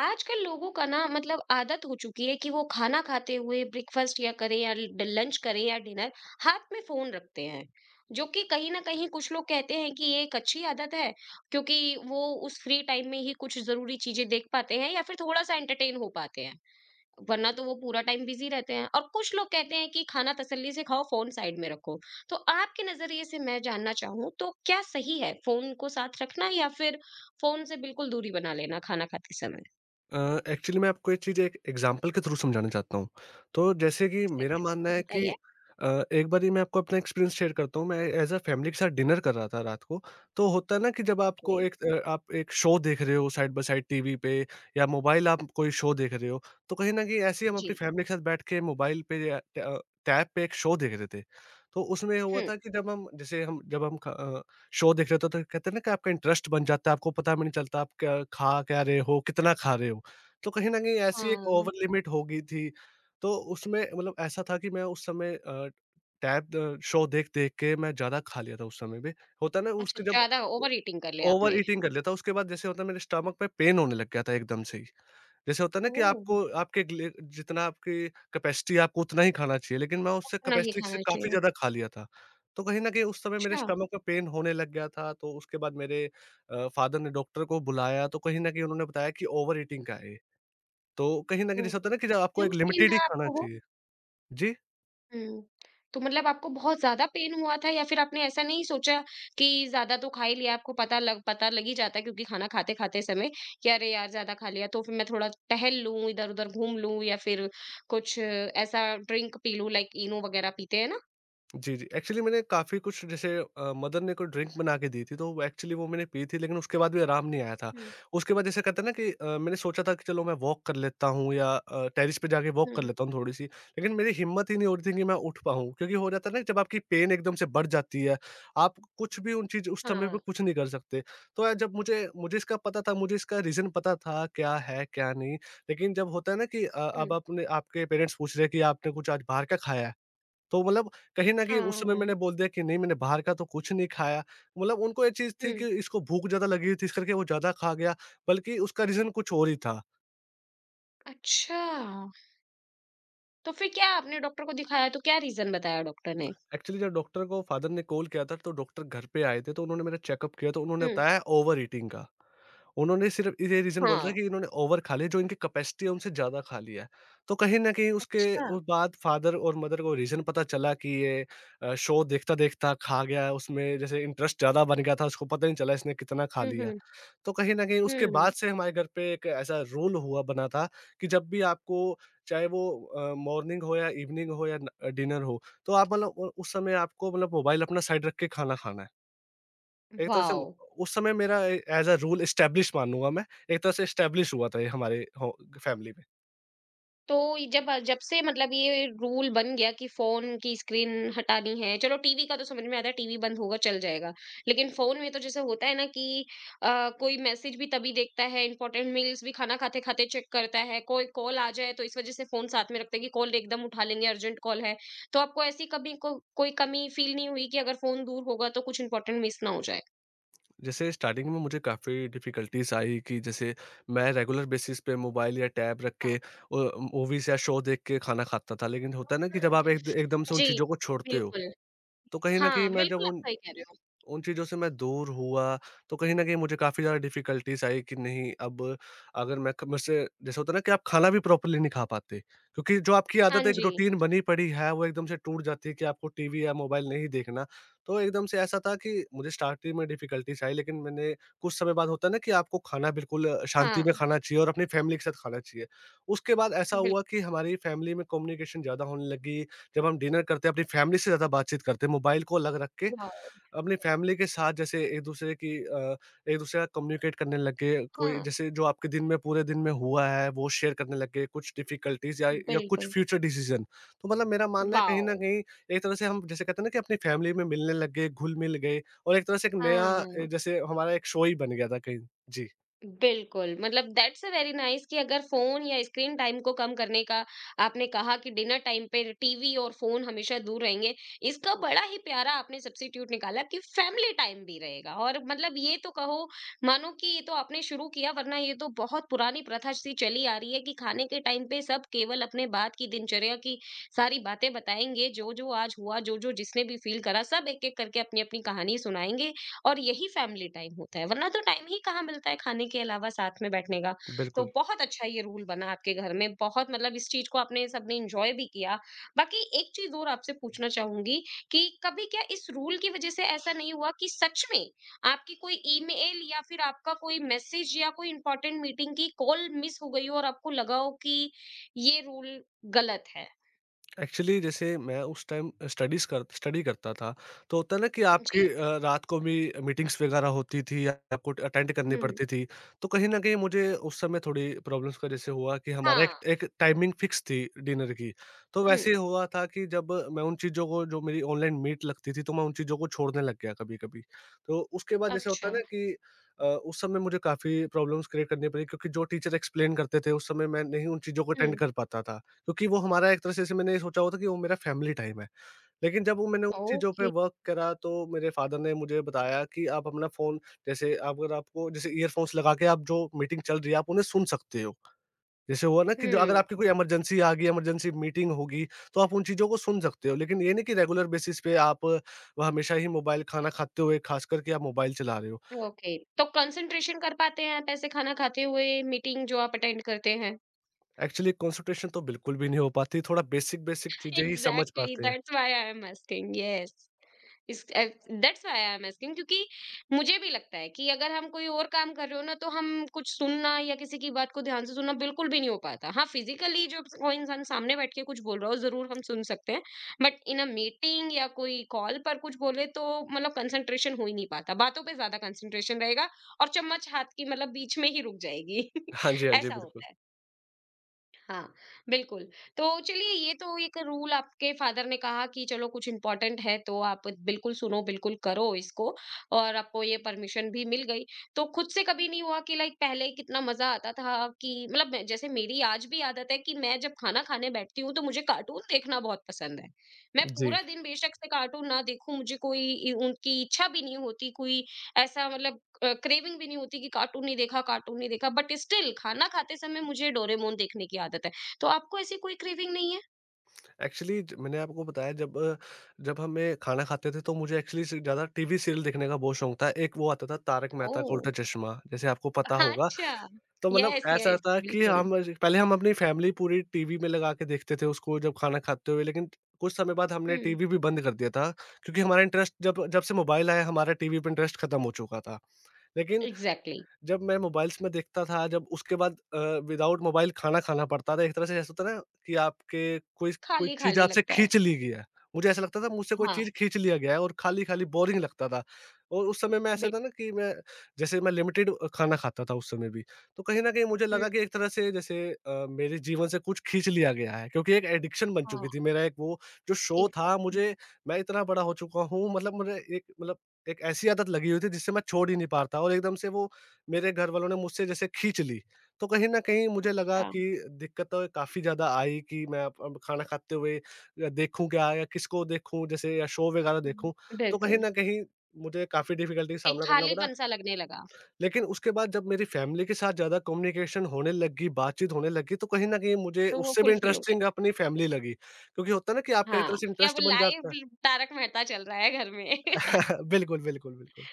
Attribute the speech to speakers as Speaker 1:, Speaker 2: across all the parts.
Speaker 1: आजकल लोगों का ना मतलब आदत हो चुकी है कि वो खाना खाते हुए ब्रेकफास्ट या करें या लंच करें या डिनर, हाथ में फोन रखते हैं। जो कि कहीं ना कहीं कुछ लोग कहते हैं कि ये एक अच्छी आदत है, क्योंकि वो उस फ्री टाइम में ही कुछ जरूरी चीजें देख पाते हैं या फिर थोड़ा सा एंटरटेन हो पाते हैं, वरना तो वो पूरा टाइम बिजी रहते हैं। और कुछ लोग कहते हैं कि खाना तसल्ली से खाओ, फोन साइड में रखो। तो आपके नजरिए से मैं जानना चाहूँ तो क्या सही है, फोन को साथ रखना या फिर फोन से बिल्कुल दूरी बना लेना खाना खाते समय।
Speaker 2: एक्चुअली मैं आपको ये चीज़ एक एग्जांपल के थ्रू समझाना चाहता हूँ। तो जैसे कि मेरा
Speaker 1: एग्ज़ैक्ट
Speaker 2: मानना है कि
Speaker 1: बताइए?
Speaker 2: एक बारी मैं आपको अपना एक्सपीरियंस शेयर करता हूँ। मैं एज़ अ फैमिली के साथ डिनर कर रहा था रात को। तो होता है ना कि जब
Speaker 1: ओके।
Speaker 2: आपको आप एक शो देख रहे हो साइड बाय साइड टीवी पे या मोबाइल आप कोई शो देख रहे हो, तो कहीं न कहीं ऐसे ही हम अपनी
Speaker 1: जी।
Speaker 2: फैमिली के साथ बैठ के मोबाइल पे या टैब पे एक शो देख रहे थे। तो उसमें हुआ
Speaker 1: हुँ।
Speaker 2: था कि जब हम शो देख रहे थे तो कहते हैं ना कि आपका इंटरेस्ट बन जाता है, आपको पता भी नहीं चलता आप क्या रहे हो, कितना खा रहे हो। तो कहीं न कहीं ऐसी एक
Speaker 1: हाँ,
Speaker 2: ओवर लिमिट हो गई थी। तो उसमें मतलब ऐसा था कि मैं उस समय टैब शो देख-देख के मैं ज़्यादा खा लिया था उस समय पे। होता है ना
Speaker 1: अच्छा,
Speaker 2: उसके जब
Speaker 1: ज़्यादा ओवर ईटिंग कर लिया
Speaker 2: ओवर
Speaker 1: आपने?
Speaker 2: ईटिंग कर लिया था। उसके बाद जैसे होता है, मेरे स्टमक में पेन होने लग गया था एकदम से ही। जैसे होता है ना कि
Speaker 1: ओह!
Speaker 2: आपको आपके लिए जितना आपकी कैपेसिटी है आपको उतना ही खाना चाहिए, लेकिन मैं उससे
Speaker 1: आपको नहीं
Speaker 2: कैपेसिटी से
Speaker 1: खाना
Speaker 2: काफ़ी
Speaker 1: चाहिए।
Speaker 2: ज़्यादा खा लिया था। तो कहीं न कहीं उस समय मेरे
Speaker 1: अच्छा,
Speaker 2: स्टमक में पेन होने लग गया था। तो उसके बाद मेरे फादर ने डॉक्टर को बुलाया, तो कहीं न कहीं उन्होंने बताया कि ओवर ईटिंग का है ये। तो कहीं न कहीं जैसा
Speaker 1: ओके।
Speaker 2: होता है ना कि जब आपको
Speaker 1: क्यों
Speaker 2: एक
Speaker 1: पेन
Speaker 2: लिमिटेड ही
Speaker 1: था
Speaker 2: खाना
Speaker 1: आपको वो?
Speaker 2: चाहिए। जी?
Speaker 1: हुँ। तो मतलब आपको बहुत ज़्यादा पेन हुआ था या फिर आपने ऐसा नहीं सोचा कि ज़्यादा तो खा ही लिया? आपको पता लग ही जाता है, क्योंकि खाना खाते-खाते समय कि अरे यार ज़्यादा खा लिया, तो फिर मैं थोड़ा टहल लूँ, इधर-उधर घूम लूँ या फिर कुछ ऐसा ड्रिंक पी लूँ, लाइक इनो वगैरह पीते हैं ना?
Speaker 2: जी, जी। एक्चुअली मैंने काफ़ी कुछ मदर ने कोई ड्रिंक बना के दी थी, तो वो एक्चुअली वो मैंने पी थी, लेकिन उसके बाद भी आराम नहीं आया था।
Speaker 1: हुँ,
Speaker 2: उसके बाद जैसे कहते हैं ना कि मैंने सोचा था कि चलो मैं वॉक कर लेता हूँ, या टेरेस पे जाके वॉक कर
Speaker 1: हुँ।
Speaker 2: लेता हूँ थोड़ी-सी, लेकिन मेरी हिम्मत ही नहीं हो रही थी कि मैं उठ पाऊँ। क्योंकि हो जाता है ना जब आपकी पेन एकदम से बढ़ जाती है, आप कुछ भी उन चीज़ उस समय पे
Speaker 1: हाँ,
Speaker 2: कुछ नहीं कर सकते। तो जब मुझे मुझे इसका पता था, मुझे इसका रीज़न पता था, क्या है, क्या नहीं। लेकिन जब होता है ना कि अब
Speaker 1: हुँ,
Speaker 2: आपने आपके पेरेंट्स पूछ रहे हैं कि आपने कुछ आज बाहर का खाया है? तो मतलब कहीं न कहीं उस समय
Speaker 1: हाँ।
Speaker 2: मैंने बोल दिया कि नहीं, मैंने बाहर का तो कुछ नहीं खाया। मतलब उनको ये चीज़ थी
Speaker 1: हुँ।
Speaker 2: कि इसको भूख ज़्यादा लगी हुई थी, इस करके वो ज़्यादा खा गया, बल्कि उसका रीज़न कुछ और ही था।
Speaker 1: अच्छा! तो फिर क्या आपने डॉक्टर को दिखाया, तो क्या रीज़न बताया डॉक्टर ने?
Speaker 2: एक्चुअली जब डॉक्टर को फादर ने कॉल किया था तो डॉक्टर घर पे आए थे, तो उन्होंने मेरा चेकअप किया तो उन्होंने
Speaker 1: हुँ।
Speaker 2: बताया ओवर ईटिंग का। उन्होंने सिर्फ़ ये रीज़न बोला था
Speaker 1: हाँ।
Speaker 2: कि इन्होंने ओवर खा लिया, जो इनकी कैपेसिटी है उनसे ज़्यादा खा लिया है। तो कहीं न कहीं उसके
Speaker 1: अच्छा।
Speaker 2: उस बाद फादर और मदर को रीज़न पता चला कि ये शो देखता-देखता खा गया है, उसमें जैसे इंटरेस्ट ज़्यादा बन गया था, उसको पता ही नहीं चला इसने कितना खा
Speaker 1: हुँ,
Speaker 2: लिया।
Speaker 1: हुँ।
Speaker 2: तो कहीं न कहीं उसके
Speaker 1: हुँ।
Speaker 2: बाद से हमारे घर पे एक ऐसा रूल हुआ बना था कि जब भी आपको चाहे वो मॉर्निंग हो या इवनिंग हो या न अ, डिनर हो, तो आप मतलब उ उस समय आपको मतलब मोबाइल अपना साइड रख के खाना खाना है। एक तरह
Speaker 1: वॉव!
Speaker 2: उस समय मेरा a as a rule establish मानूँगा मैं, एक तरह से एस्टेब्लिश हुआ था ये हमारे हो फैमिली में।
Speaker 1: तो जब जब से मतलब ये रूल बन गया कि फोन की स्क्रीन हटानी है। चलो टीवी का तो समझ में आता है, टीवी बंद होगा चल जाएगा, लेकिन फोन में तो जैसे होता है ना कि कोई मैसेज भी तभी देखता है, इंपॉर्टेंट मेल्स भी खाना खाते खाते चेक करता है, कोई कॉल आ जाए, तो इस वजह से फोन साथ में रखते हैं कि कॉल एकदम उठा लेंगे, अर्जेंट कॉल है। तो आपको ऐसी कभी कोई कमी फील नहीं हुई कि अगर फोन दूर होगा तो कुछ इंपॉर्टेंट मिस ना हो जाए?
Speaker 2: जैसे स्टार्टिंग में मुझे काफ़ी डिफ़िकल्टीज़ आई कि जैसे मैं रेगुलर बेसिस पे मोबाइल या टैब रख के
Speaker 1: हाँ।
Speaker 2: अ, मूवीज़ या शो देख के खाना खाता था, लेकिन होता है ना कि जब आप एक एकदम से उन
Speaker 1: जी,
Speaker 2: चीज़ों को छोड़ते हो,
Speaker 1: बिल्कुल।
Speaker 2: तो कहीं न कहीं
Speaker 1: हाँ,
Speaker 2: मैं जब
Speaker 1: बिल्कुल आप
Speaker 2: उन
Speaker 1: सही कह रहे हो।
Speaker 2: उन चीज़ों से मैं दूर हुआ, तो कहीं न कहीं मुझे काफ़ी ज़्यादा डिफ़िकल्टीज़ आई कि नहीं, अब अगर मैं क मुझसे जैसे होता है ना कि आप खाना भी प्रॉपर्ली नहीं खा पाते, क्योंकि जो आपकी
Speaker 1: हाँ
Speaker 2: आदत एक
Speaker 1: जी।
Speaker 2: रूटीन बनी पड़ी है, वो एकदम से टूट जाती है कि आपको टीवी या मोबाइल नहीं देखना। तो एकदम से ऐसा था कि मुझे स्टार्टिंग में डिफ़िकल्टीज़ आई, लेकिन मैंने कुछ समय बाद होता है ना कि आपको खाना बिल्कुल शांति में
Speaker 1: हाँ।
Speaker 2: खाना चाहिए और अपनी फ़ैमिली के साथ खाना चाहिए। उसके बाद ऐसा हुआ कि हमारी फ़ैमिली में कम्युनिकेशन ज़्यादा होने लगी, जब हम डिनर करते हैं अपनी फ़ैमिली से ज़्यादा बातचीत करते हैं, मोबाइल को अलग रख के
Speaker 1: वाओ!
Speaker 2: अपनी फैमिली के साथ जैसे एक-दूसरे का कम्युनिकेट करने लग गए, कोई
Speaker 1: हाँ,
Speaker 2: जैसे जो आपके दिन में पूरे दिन में हुआ है, वो शेयर करने लग गए, कुछ डिफ़िकल्टीज़ या कुछ
Speaker 1: बिल्कुल,
Speaker 2: फ्यूचर डिसीज़न। तो मतलब मेरा मानना है कहीं
Speaker 1: वाओ!
Speaker 2: न कहीं एक तरह से हम जैसे कहते हैं ना कि अपनी फैमिली में मिलने लग गए, घुल-मिल गए, और एक तरह से एक
Speaker 1: हाँ,
Speaker 2: नया
Speaker 1: हाँ।
Speaker 2: जैसे हमारा एक शो ही बन गया था कहीं। जी,
Speaker 1: बिल्कुल, मतलब दैट्स अ वेरी नाइस कि अगर फ़ोन या स्क्रीन टाइम को कम करने का आपने कहा कि डिनर टाइम पे टीवी और फ़ोन हमेशा दूर रहेंगे, इसका बड़ा ही प्यारा आपने सब्स्टिट्यूट निकाला कि फैमिली टाइम भी रहेगा। और मतलब ये तो कहो मानो कि ये तो आपने शुरू किया, वरना ये तो बहुत पुरानी प्रथा सी चली आ रही है कि खाने के टाइम पे सब केवल अपने बात की दिनचर्या की सारी बातें बताएँगे, जो-जो आज हुआ, जो-जो जिसने भी फ़ील करा, सब एक-एक करके अपनी-अपनी कहानी सुनाएँगे, और यही फैमिली टाइम होता है। वरना तो टाइम ही कहाँ मिलता है खाने के अलावा साथ में बैठने का। तो
Speaker 2: बिल्कुल।
Speaker 1: बहुत अच्छा ये रूल बना आपके घर में, बहुत मतलब इस चीज को आपने सबने इंजॉय भी किया। बाकी एक चीज और आपसे पूछना चाहूंगी कि कभी क्या इस रूल की वजह से ऐसा नहीं हुआ कि सच में आपकी कोई ईमेल या फिर आपका कोई मैसेज या कोई इंपॉर्टेंट मीटिंग की कॉल मिस हो गई हो और आपको लगा हो कि ये रूल गलत है?
Speaker 2: एक्चुअली जैसे मैं उस टाइम स्टडी करता था, तो होता है ना कि
Speaker 1: जी।
Speaker 2: रात को भी मीटिंग्स वगैरह होती थी या आपको अटेंड करनी
Speaker 1: हम्म।
Speaker 2: पड़ती थी, तो कहीं ना कहीं मुझे उस समय थोड़ी प्रॉब्लम्स का जैसे हुआ कि हमारा एक
Speaker 1: हाँ।
Speaker 2: एक टाइमिंग फिक्स थी डिनर की। तो
Speaker 1: हम्म।
Speaker 2: वैसे ही हुआ था कि जब मैं उन चीज़ों को जो मेरी ऑनलाइन मीट लगती थी, तो मैं उन चीज़ों को छोड़ने लग गया कभी कभी। तो उसके बाद जैसे होता
Speaker 1: अच्छा।
Speaker 2: है ना कि उस समय मुझे काफ़ी प्रॉब्लम्स क्रिएट करनी पड़ी, क्योंकि जो टीचर एक्सप्लेन करते थे उस समय मैं नहीं उन चीज़ों को अटेंड
Speaker 1: हम्म।
Speaker 2: कर पाता था, क्योंकि वो हमारा एक तरह से जैसे मैंने ये सोचा हुआ था कि वो मेरा फैमिली टाइम है। लेकिन जब वो मैंने उन चीज़ों पे
Speaker 1: ओके।
Speaker 2: वर्क करा, तो मेरे फ़ादर ने मुझे बताया कि आप अपना फ़ोन जैसे, अगर आपको जैसे ईयरफ़ोन्स लगा के आप जो मीटिंग चल रही है, आप उन्हें सुन सकते हो। जैसे हुआ ना कि जो अगर
Speaker 1: हम्म।
Speaker 2: आपकी कोई इमरजेंसी आ गई, इमरजेंसी मीटिंग होगी, तो आप उन चीज़ों को सुन सकते हो। लेकिन ये नहीं कि रेगुलर बेसिस पे आप वह हमेशा ही मोबाइल खाना खाते हुए ख़ासकर के आप मोबाइल चला रहे हो।
Speaker 1: ओके, तो कंसंट्रेशन कर पाते हैं आप ऐसे खाना खाते हुए मीटिंग जो आप अटेंड करते हैं?
Speaker 2: एक्चुअली कंसंट्रेशन तो बिल्कुल भी नहीं हो पाती, थोड़ा बेसिक-बेसिक चीज़ें ही समझ
Speaker 1: एग्जैक्टली,
Speaker 2: पाते हैं।
Speaker 1: That's why I am asking, yes. इस uh, that's why I am asking क्योंकि मुझे भी लगता है कि अगर हम कोई और काम कर रहे हो ना, तो हम कुछ सुनना या किसी की बात को ध्यान से सुनना बिल्कुल भी नहीं हो पाता। हाँ, फिज़िकली जो कोई इंसान सामने बैठ के कुछ बोल रहा हो, ज़रूर हम सुन सकते हैं, बट इन अ मीटिंग या कोई कॉल पर कुछ बोले तो मतलब कंसंट्रेशन हो ही नहीं पाता। बातों पे ज़्यादा कंसंट्रेशन रहेगा और चम्मच हाथ की मतलब बीच में ही रुक जाएगी।
Speaker 2: हाँ जी, हाँ जी,
Speaker 1: ऐसा
Speaker 2: बिल्कुल।
Speaker 1: होता है। हाँ, बिल्कुल। तो चलिए ये तो एक रूल आपके फ़ादर ने कहा कि चलो कुछ इम्पोर्टेंट है तो आप बिल्कुल सुनो, बिल्कुल करो इसको, और आपको ये परमिशन भी मिल गई। तो खुद से कभी नहीं हुआ कि लाइक पहले कितना मज़ा आता था कि मतलब मैं जैसे मेरी आज भी आदत है कि मैं जब खाना खाने बैठती हूँ तो मुझे कार्टून देखना बहुत पसंद है। मैं
Speaker 2: जी।
Speaker 1: पूरा दिन बेशक से कार्टून ना देखूँ, मुझे कोई इ उनकी इच्छा भी नहीं होती, कोई ऐसा मतलब क्रेविंग भी नहीं होती कि कार्टून नहीं देखा, कार्टून नहीं देखा, बट स्टिल खाना खाते समय मुझे डोरेमोन देखने की आदत है। तो आपको ऐसी कोई क्रेविंग नहीं है?
Speaker 2: एक्चुअली ज मैंने आपको बताया जब हमें खाना खाते थे तो मुझे एक्चुअली स ज़्यादा टीवी सीरियल देखने का बहुत शौक था। एक वो आता था तारक मेहता का
Speaker 1: ओह,
Speaker 2: उल्टा चश्मा, जैसे आपको पता होगा।
Speaker 1: अच्छा।
Speaker 2: तो मतलब
Speaker 1: यस
Speaker 2: ऐसा
Speaker 1: यस,
Speaker 2: था कि
Speaker 1: बिल्कुल।
Speaker 2: हम ज पहले हम अपनी फैमिली पूरी टीवी में लगा के देखते थे उसको जब खाना खाते हुए, लेकिन कुछ समय बाद हमने
Speaker 1: हम्म।
Speaker 2: टीवी भी बंद कर दिया था, क्योंकि हमारा इंटरेस्ट जब जब से मोबाइल आया हमारा टीवी पे इंटरेस्ट खत्म हो चुका था। लेकिन
Speaker 1: एग्जैक्टली।
Speaker 2: जब मैं मोबाइल्स में देखता था, जब उसके बाद विदाउट मोबाइल खाना खाना पड़ता था, एक तरह से ऐसा होता है ना कि आपके कोई कोई
Speaker 1: खाली
Speaker 2: चीज़
Speaker 1: खाली
Speaker 2: आपसे
Speaker 1: लगता है।
Speaker 2: खींच ली गई है। मुझे ऐसा लगता था मुझसे कोई
Speaker 1: हाँ,
Speaker 2: चीज़ खींच लिया गया है और खाली-खाली बोरिंग लगता था, और उस समय में ऐसा था
Speaker 1: बिल्कुल।
Speaker 2: ना कि मैं जैसे मैं लिमिटेड खाना खाता था उस समय भी। तो कहीं न कहीं मुझे
Speaker 1: हम्म,
Speaker 2: लगा कि एक तरह से जैसे मेरे जीवन से कुछ खींच लिया गया है, क्योंकि एक एडिक्शन बन
Speaker 1: हाँ।
Speaker 2: चुकी थी। मेरा एक वो जो शो था
Speaker 1: एग्जैक्टली।
Speaker 2: मुझे, मैं इतना बड़ा हो चुका हूँ, मतलब मुझे एक मतलब एक ऐसी आदत लगी हुई थी जिससे मैं छोड़ ही नहीं पा रहा था, और एकदम से वो मेरे घरवालों ने मुझसे जैसे खींच ली, तो कहीं न कहीं मुझे लगा
Speaker 1: हाँ।
Speaker 2: कि दिक्कत तो काफ़ी ज़्यादा आई कि मैं अब खाना खाते हुए देखूँ क्या या किसको देखूँ जैसे, या शो वगैरह देखूँ, तो कहीं
Speaker 1: बिल्कुल।
Speaker 2: न कहीं मुझे काफ़ी डिफ़िकल्टी का
Speaker 1: एक
Speaker 2: सामना करना पड़ा।
Speaker 1: खालीपन सा लगने लगा।
Speaker 2: लेकिन उसके बाद जब मेरी फैमिली के साथ ज़्यादा कम्युनिकेशन होने लगी, बातचीत होने लगी, तो कहीं न कहीं मुझे
Speaker 1: तो वो
Speaker 2: उससे भी
Speaker 1: फुलफिल हो गया।
Speaker 2: इंटरेस्टिंग अपनी फैमिली लगी, क्योंकि होता है ना कि आपका एक तरह
Speaker 1: हाँ,
Speaker 2: से
Speaker 1: कि अब
Speaker 2: इंटरेस्ट बन
Speaker 1: लाइव
Speaker 2: जाता है।
Speaker 1: तारक मेहता चल रहा है घर में।
Speaker 2: बिल्कुल, बिल्कुल, बिल्कुल।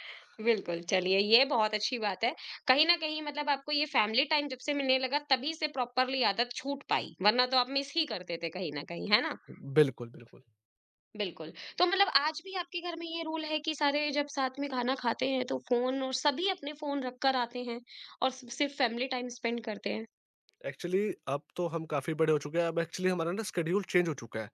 Speaker 1: बिल्कुल, चलिए ये बहुत अच्छी बात है। कहीं न कहीं मतलब आपको ये फैमिली टाइम जब से मिलने लगा, तभी से प्रॉपरली आदत छूट पाई, वरना तो आप मिस ही करते थे कहीं न कहीं, है ना?
Speaker 2: बिल्कुल, बिल्कुल।
Speaker 1: बिल्कुल, तो मतलब आज भी आपके घर में ये रूल है कि सारे जब साथ में खाना खाते हैं तो फ़ोन, और सभी अपने फ़ोन रख कर आते हैं और सि सिर्फ़ फैमिली टाइम स्पेंड करते हैं?
Speaker 2: एक्चुअली अब तो हम काफ़ी बड़े हो चुके हैं। अब एक्चुअली हमारा ना शेड्यूल चेंज हो चुका है।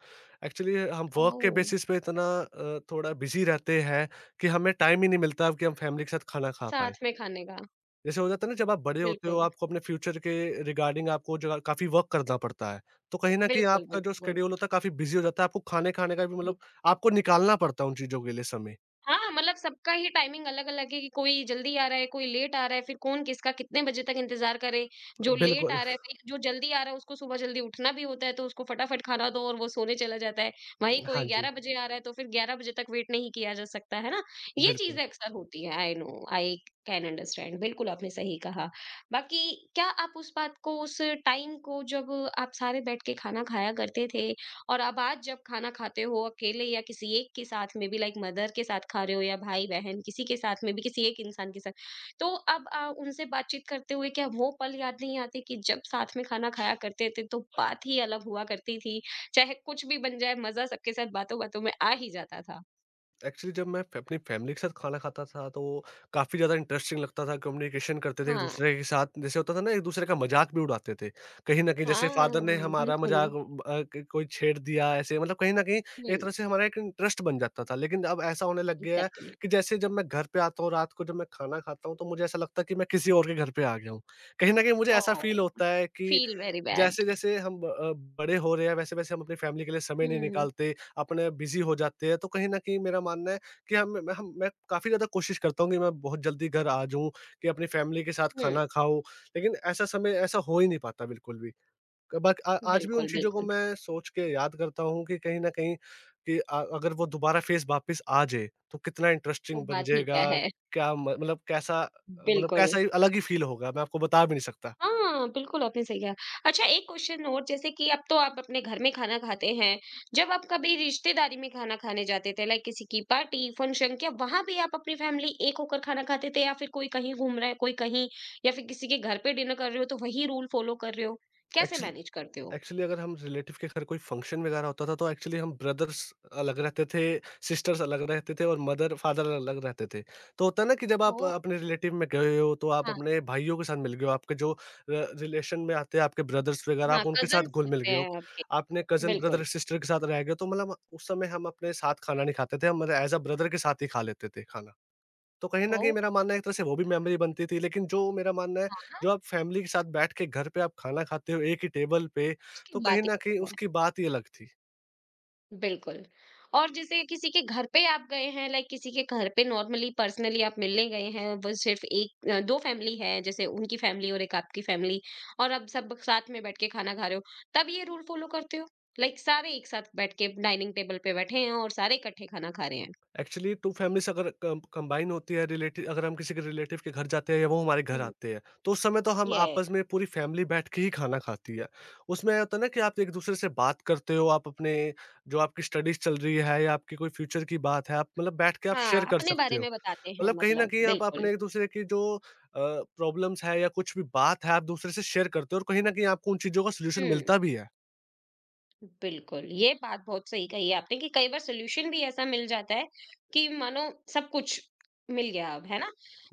Speaker 2: एक्चुअली हम वर्क के बेसिस
Speaker 1: ओह!
Speaker 2: पे थोड़ा बिज़ी रहते हैं कि हमें टाइम ही नहीं मिलता कि हम फैमिली के साथ खाना खा पाएँ।
Speaker 1: साथ में खाने का।
Speaker 2: जैसे हो जाता है ना जब आप बड़े होते हो
Speaker 1: बिल्कुल,
Speaker 2: आपको अपने फ्यूचर के रिगार्डिंग आपको जो है काफ़ी वर्क करना पड़ता है। तो कहीं न कहीं
Speaker 1: बिल्कुल,
Speaker 2: आपका जो
Speaker 1: बिल्कुल।
Speaker 2: शेड्यूल होता है काफ़ी बिज़ी हो जाता है। आपको खाने खाने का भी मतलब आपको निकालना पड़ता है उन चीज़ों के लिए समय।
Speaker 1: हाँ, मतलब सबका ही टाइमिंग अलग-अलग है कि कोई जल्दी आ रहा है, कोई लेट आ रहा है, फिर कौन किसका कितने बजे तक इंतज़ार करे। जो लेट
Speaker 2: बिल्कुल।
Speaker 1: आ रहा है, वही जो जल्दी आ रहा है उसको सुबह जल्दी उठना भी होता है, तो उसको फटाफट खाना दो और वो सोने चला जाता है। वहीं
Speaker 2: हाँ
Speaker 1: कोई
Speaker 2: जी,
Speaker 1: 11 बजे आ रहा है, तो फिर 11 बजे तक वेट नहीं किया जा सकता, है ना? ये
Speaker 2: बिल्कुल।
Speaker 1: चीज़ें अक्सर होती हैं, I know, I can understand. बिल्कुल आपने सही कहा। बाकी क्या आप उस बात को, उस टाइम को जब आप सारे बैठ के खाना खाया करते थे, और अब आज जब खाना खाते हो अकेले या किसी एक के साथ में भी, लाइक मदर के साथ खा रहे हो या भाई-बहन किसी के साथ में भी, किसी एक इंसान के साथ, तो अब उनसे बातचीत करते हुए क्या वो पल याद नहीं आते कि जब साथ में खाना खाया करते थे तो बात ही अलग हुआ करती थी? चाहे कुछ भी बन जाए, मज़ा सबके साथ बातों-बातों में आ ही जाता था।
Speaker 2: एक्चुअली जब मैं फ अपनी फैमिली के साथ खाना खाता था तो काफ़ी ज़्यादा इंटरेस्टिंग लगता था, कम्युनिकेशन करते थे
Speaker 1: हाँ।
Speaker 2: एक-दूसरे के साथ। जैसे होता था ना, एक-दूसरे का मज़ाक भी उड़ाते थे। कहीं न कहीं जैसे
Speaker 1: हाँ,
Speaker 2: फादर ने हमारा
Speaker 1: बिल्कुल।
Speaker 2: मज़ाक, क कोई छेड़ दिया ऐसे, मतलब कहीं न कहीं एक
Speaker 1: हुँ,
Speaker 2: तरह से हमारा एक इंटरेस्ट बन जाता था। लेकिन अब ऐसा होने लग गया है
Speaker 1: एग्ज़ैक्टली।
Speaker 2: कि जैसे जब मैं घर पे आता हूँ रात को, जब मैं खाना खाता हूँ, तो मुझे ऐसा लगता है कि मैं किसी और के घर पे आ गया हूँ। कहीं न कहीं मुझे ऐसा फ़ील
Speaker 1: ओह!
Speaker 2: होता है कि
Speaker 1: फ़ील वेरी बैड।
Speaker 2: जैसे-जैसे हम बड़े हो रहे हैं, वैसे-वैसे हम अपनी फैमिली के लिए समय नहीं
Speaker 1: हुँ,
Speaker 2: निकालते, अपने बिज़ी हो जाते हैं। तो कहीं न कहीं मेरा मानना है कि हम मैं काफ़ी ज़्यादा कोशिश करता हूँ कि मैं बहुत जल्दी घर आ जाऊँ, कि अपनी फैमिली के साथ
Speaker 1: हुँ।
Speaker 2: खाना खाऊँ, लेकिन ऐसा समय ऐसा हो ही नहीं पाता बिल्कुल भी। बट आज भी उन
Speaker 1: बिल्कुल,
Speaker 2: चीज़ों को
Speaker 1: बिल्कुल।
Speaker 2: मैं सोच के याद करता हूँ कि कहीं न कहीं, कि अगर वो दोबारा फ़ेज़ वापस आ जाए, तो कितना
Speaker 1: वो
Speaker 2: इंटरेस्टिंग बन
Speaker 1: बात ही क्या
Speaker 2: जाएगा।
Speaker 1: है।
Speaker 2: क्या म मतलब कैसा मतलब
Speaker 1: बिल्कुल।
Speaker 2: कैसा ही अलग ही फ़ील होगा, मैं आपको बता भी नहीं सकता।
Speaker 1: हाँ, बिल्कुल आपने सही कहा। अच्छा, एक क्वेश्चन और, जैसे कि अब तो आप अपने घर में खाना खाते हैं, जब आप कभी रिश्तेदारी में खाना खाने जाते थे, लाइक किसी की पार्टी, फ़ंक्शन, क्या वहाँ भी आप अपनी फैमिली एक होकर खाना खाते थे या फिर कोई कहीं घूम रहा है, कोई कहीं, या फिर किसी के घर पे डिनर कर रहे हो तो वही रूल फ़ॉलो कर रहे हो? कैसे
Speaker 2: एक्चुअली
Speaker 1: मैनेज करते हो?
Speaker 2: एक्चुअली अगर हम रिलेटिव के घर कोई फंक्शन वगैरह होता था, तो एक्चुअली हम ब्रदर्स अलग रहते थे, सिस्टर्स अलग रहते थे, और मदर फादर अलग रहते थे। तो होता है ना कि जब आप
Speaker 1: ओह!
Speaker 2: अपने रिलेटिव में गए हो तो आप
Speaker 1: हाँ,
Speaker 2: अपने भाइयों के साथ मिल गए हो, आपके जो र रिलेशन में आते हैं आपके ब्रदर्स वगैरह,
Speaker 1: हाँ,
Speaker 2: आप उनके साथ
Speaker 1: कज़िन्स
Speaker 2: घुल-मिल
Speaker 1: लगते
Speaker 2: गए हो।
Speaker 1: हैं आपके।
Speaker 2: आपने कज़न
Speaker 1: बिल्कुल।
Speaker 2: ब्रदर सिस्टर के साथ रह गए हो, तो मतलब उस समय हम अपने साथ खाना नहीं खाते थे, हम मतलब एज़ अ ब्रदर के साथ ही खा लेते थे खाना। तो कहीं न कहीं
Speaker 1: ओह!
Speaker 2: मेरा मानना है, एक तरह से वो भी मेमोरी बनती थी, लेकिन जो मेरा मानना है,
Speaker 1: हाँ,
Speaker 2: जो आप फैमिली के साथ बैठ के घर पे आप खाना खाते हो एक ही टेबल पे,
Speaker 1: उसकी
Speaker 2: तो कहीं
Speaker 1: बात ही
Speaker 2: न कहीं
Speaker 1: अलग है।
Speaker 2: उसकी बात ही अलग थी।
Speaker 1: बिल्कुल। और जैसे किसी के घर पे आप गए हैं, लाइक किसी के घर पे नॉर्मली पर्सनली आप मिलने गए हैं, वो सिर्फ़ एक 2 फैमिली है, जैसे उनकी फैमिली और एक आपकी फैमिली, और आप सब साथ में बैठ के खाना खा रहे हो, तब ये रूल फ़ॉलो करते हो? लाइक सारे एक साथ बैठ के डाइनिंग टेबल पे बैठे हैं और सारे इकट्ठे खाना खा रहे हैं।
Speaker 2: एक्चुअली 2 फैमिलीज़ अगर कम कंबाइन होती है, रिलेटिव अगर हम किसी के रिलेटिव के घर जाते हैं या वो हमारे घर
Speaker 1: हुँ,
Speaker 2: आते हैं, तो उस समय तो हम
Speaker 1: ये।
Speaker 2: आपस में पूरी फैमिली बैठ के ही खाना खाती है। उसमें होता है ना कि आप एक दूसरे से बात करते हो, आप अपने, जो आपकी स्टडीज़ चल रही है या आपकी कोई फ्यूचर की बात है, आप मतलब बैठ के आप शेयर
Speaker 1: हाँ,
Speaker 2: कर
Speaker 1: अपने
Speaker 2: सकते
Speaker 1: बारे
Speaker 2: हो।
Speaker 1: में बताते हैं
Speaker 2: मतलब कहीं न
Speaker 1: मतलब,
Speaker 2: कहीं आप
Speaker 1: बिल्कुल।
Speaker 2: अपने एक-दूसरे की जो अ, प्रॉब्लम्स है या कुछ भी बात है, आप दूसरे से शेयर करते हो और कहीं न कहीं आपको उन चीज़ों का सॉल्यूशन
Speaker 1: हुँ।
Speaker 2: मिलता भी है।
Speaker 1: बिल्कुल, ये बात बहुत सही कही आपने कि कई बार सॉल्यूशन भी ऐसा मिल जाता है कि मानो सब कुछ मिल गया अब, है ना?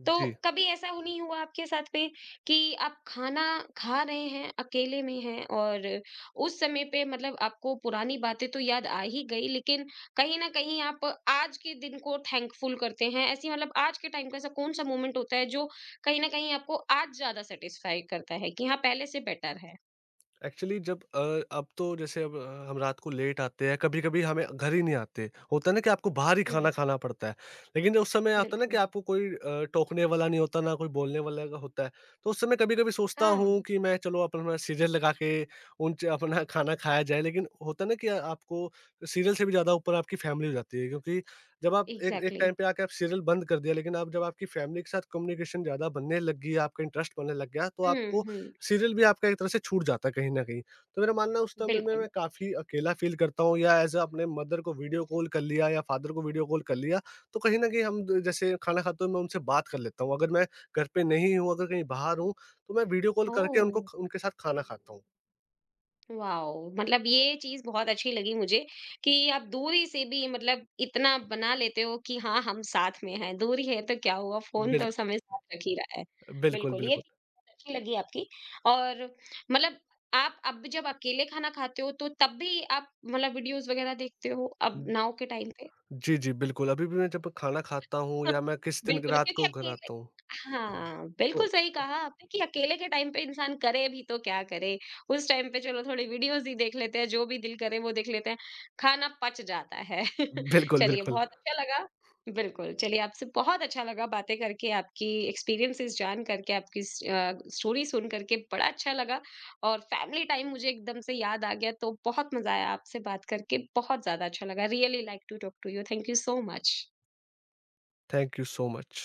Speaker 1: तो
Speaker 2: जी।
Speaker 1: कभी ऐसा हो नहीं हुआ आपके साथ पे कि आप खाना खा रहे हैं, अकेले में हैं और उस समय पे मतलब आपको पुरानी बातें तो याद आ ही गई, लेकिन कहीं न कहीं आप आज के दिन को थैंकफुल करते हैं। ऐसी मतलब आज के टाइम का ऐसा कौन-सा मोमेंट होता है जो कहीं न कहीं आपको आज ज़्यादा सैटिस्फाई करता है कि हाँ, पहले से बेटर है?
Speaker 2: एक्चुअली जब अब तो जैसे अब हम रात को लेट आते हैं, कभी-कभी हमें घर ही नहीं आते। होता है ना कि आपको बाहर ही
Speaker 1: हुँ,
Speaker 2: खाना खाना पड़ता है। लेकिन उस समय आता है ना कि
Speaker 1: बिल्कुल।
Speaker 2: आपको कोई टोकने वाला नहीं होता, ना कोई बोलने वाला का होता है। तो उस समय कभी-कभी सोचता
Speaker 1: हाँ।
Speaker 2: हूँ कि मैं चलो अपना सीरियल लगा के उन च अपना खाना खाया जाए। लेकिन होता है ना कि आपको सीरियल से भी ज़्यादा ऊपर आपकी फैमिली हो जाती है। क्योंकि जब आप एक एक
Speaker 1: एग्ज़ैक्टली।
Speaker 2: टाइम पे आके आप सीरियल बंद कर दिया, लेकिन आप जब आपकी फैमिली के साथ कम्युनिकेशन ज़्यादा बनने लग गई, आपका इंटरेस्ट बनने लग गया, तो
Speaker 1: हुँ,
Speaker 2: आपको
Speaker 1: हुँ,
Speaker 2: सीरियल भी आपका एक तरह से छूट जाता है कहीं न कहीं। तो मेरा मानना है उस समय में
Speaker 1: बिल्कुल।
Speaker 2: मैं काफ़ी अकेला फ़ील करता हूँ, या ऐज़ अ अपने मदर को वीडियो कॉल कर लिया या फादर को वीडियो कॉल कर लिया, तो कहीं न कहीं हम द जैसे खाना खाते हुए मैं उनसे बात कर लेता हूँ। अगर मैं घर पे नहीं हूँ, अगर कहीं बाहर हूँ, तो मैं वीडियो कॉल करके उनको
Speaker 1: ओह!
Speaker 2: ख उनके साथ खाना खाता हूँ।
Speaker 1: वॉव! मतलब ये चीज़ बहुत अच्छी लगी मुझे कि आप दूरी से भी मतलब इतना बना लेते हो कि हाँ, हम साथ में हैं, दूरी है तो क्या हुआ, फ़ोन तो
Speaker 2: बिल्क
Speaker 1: हमें साथ रख ही रहा है।
Speaker 2: बिल्कुल,
Speaker 1: बिल्कुल, ये
Speaker 2: बिल्कुल।
Speaker 1: चीज़ बहुत अच्छी लगी आपकी। और मतलब आप अब जब अकेले खाना खाते हो तो तब भी आप मतलब वीडियोज़ वग़ैरह देखते हो अब
Speaker 2: उम,
Speaker 1: नाउ के टाइम पे?
Speaker 2: जी, जी, बिल्कुल। अभी भी मैं जब खाना खाता हूँ या मैं किस दिन
Speaker 1: बिल्कुल,
Speaker 2: रात
Speaker 1: क्योंकि
Speaker 2: को घर
Speaker 1: अकेले,
Speaker 2: आता हूँ,
Speaker 1: हाँ,
Speaker 2: तो
Speaker 1: बिल्कुल सही कहा आपने कि अकेले के टाइम पे इंसान करे भी तो क्या करे? उस टाइम पे चलो थोड़ी वीडियोज़ ही देख लेते हैं, जो भी दिल करे वो देख लेते हैं, खाना पच जाता है।
Speaker 2: बिल्कुल,
Speaker 1: चलिए
Speaker 2: बिल्कुल।
Speaker 1: बहुत अच्छा लगा। बिल्कुल, चलिए आपसे बहुत अच्छा लगा बातें करके, आपकी एक्सपीरियंसेस जान करके, आपकी स्टोरी सुन करके बड़ा अच्छा लगा, और फैमिली टाइम मुझे एकदम से याद आ गया, तो बहुत मज़ा आया आपसे बात करके, बहुत ज़्यादा अच्छा लगा। Really like to talk to you, thank you so much.
Speaker 2: Thank you so much.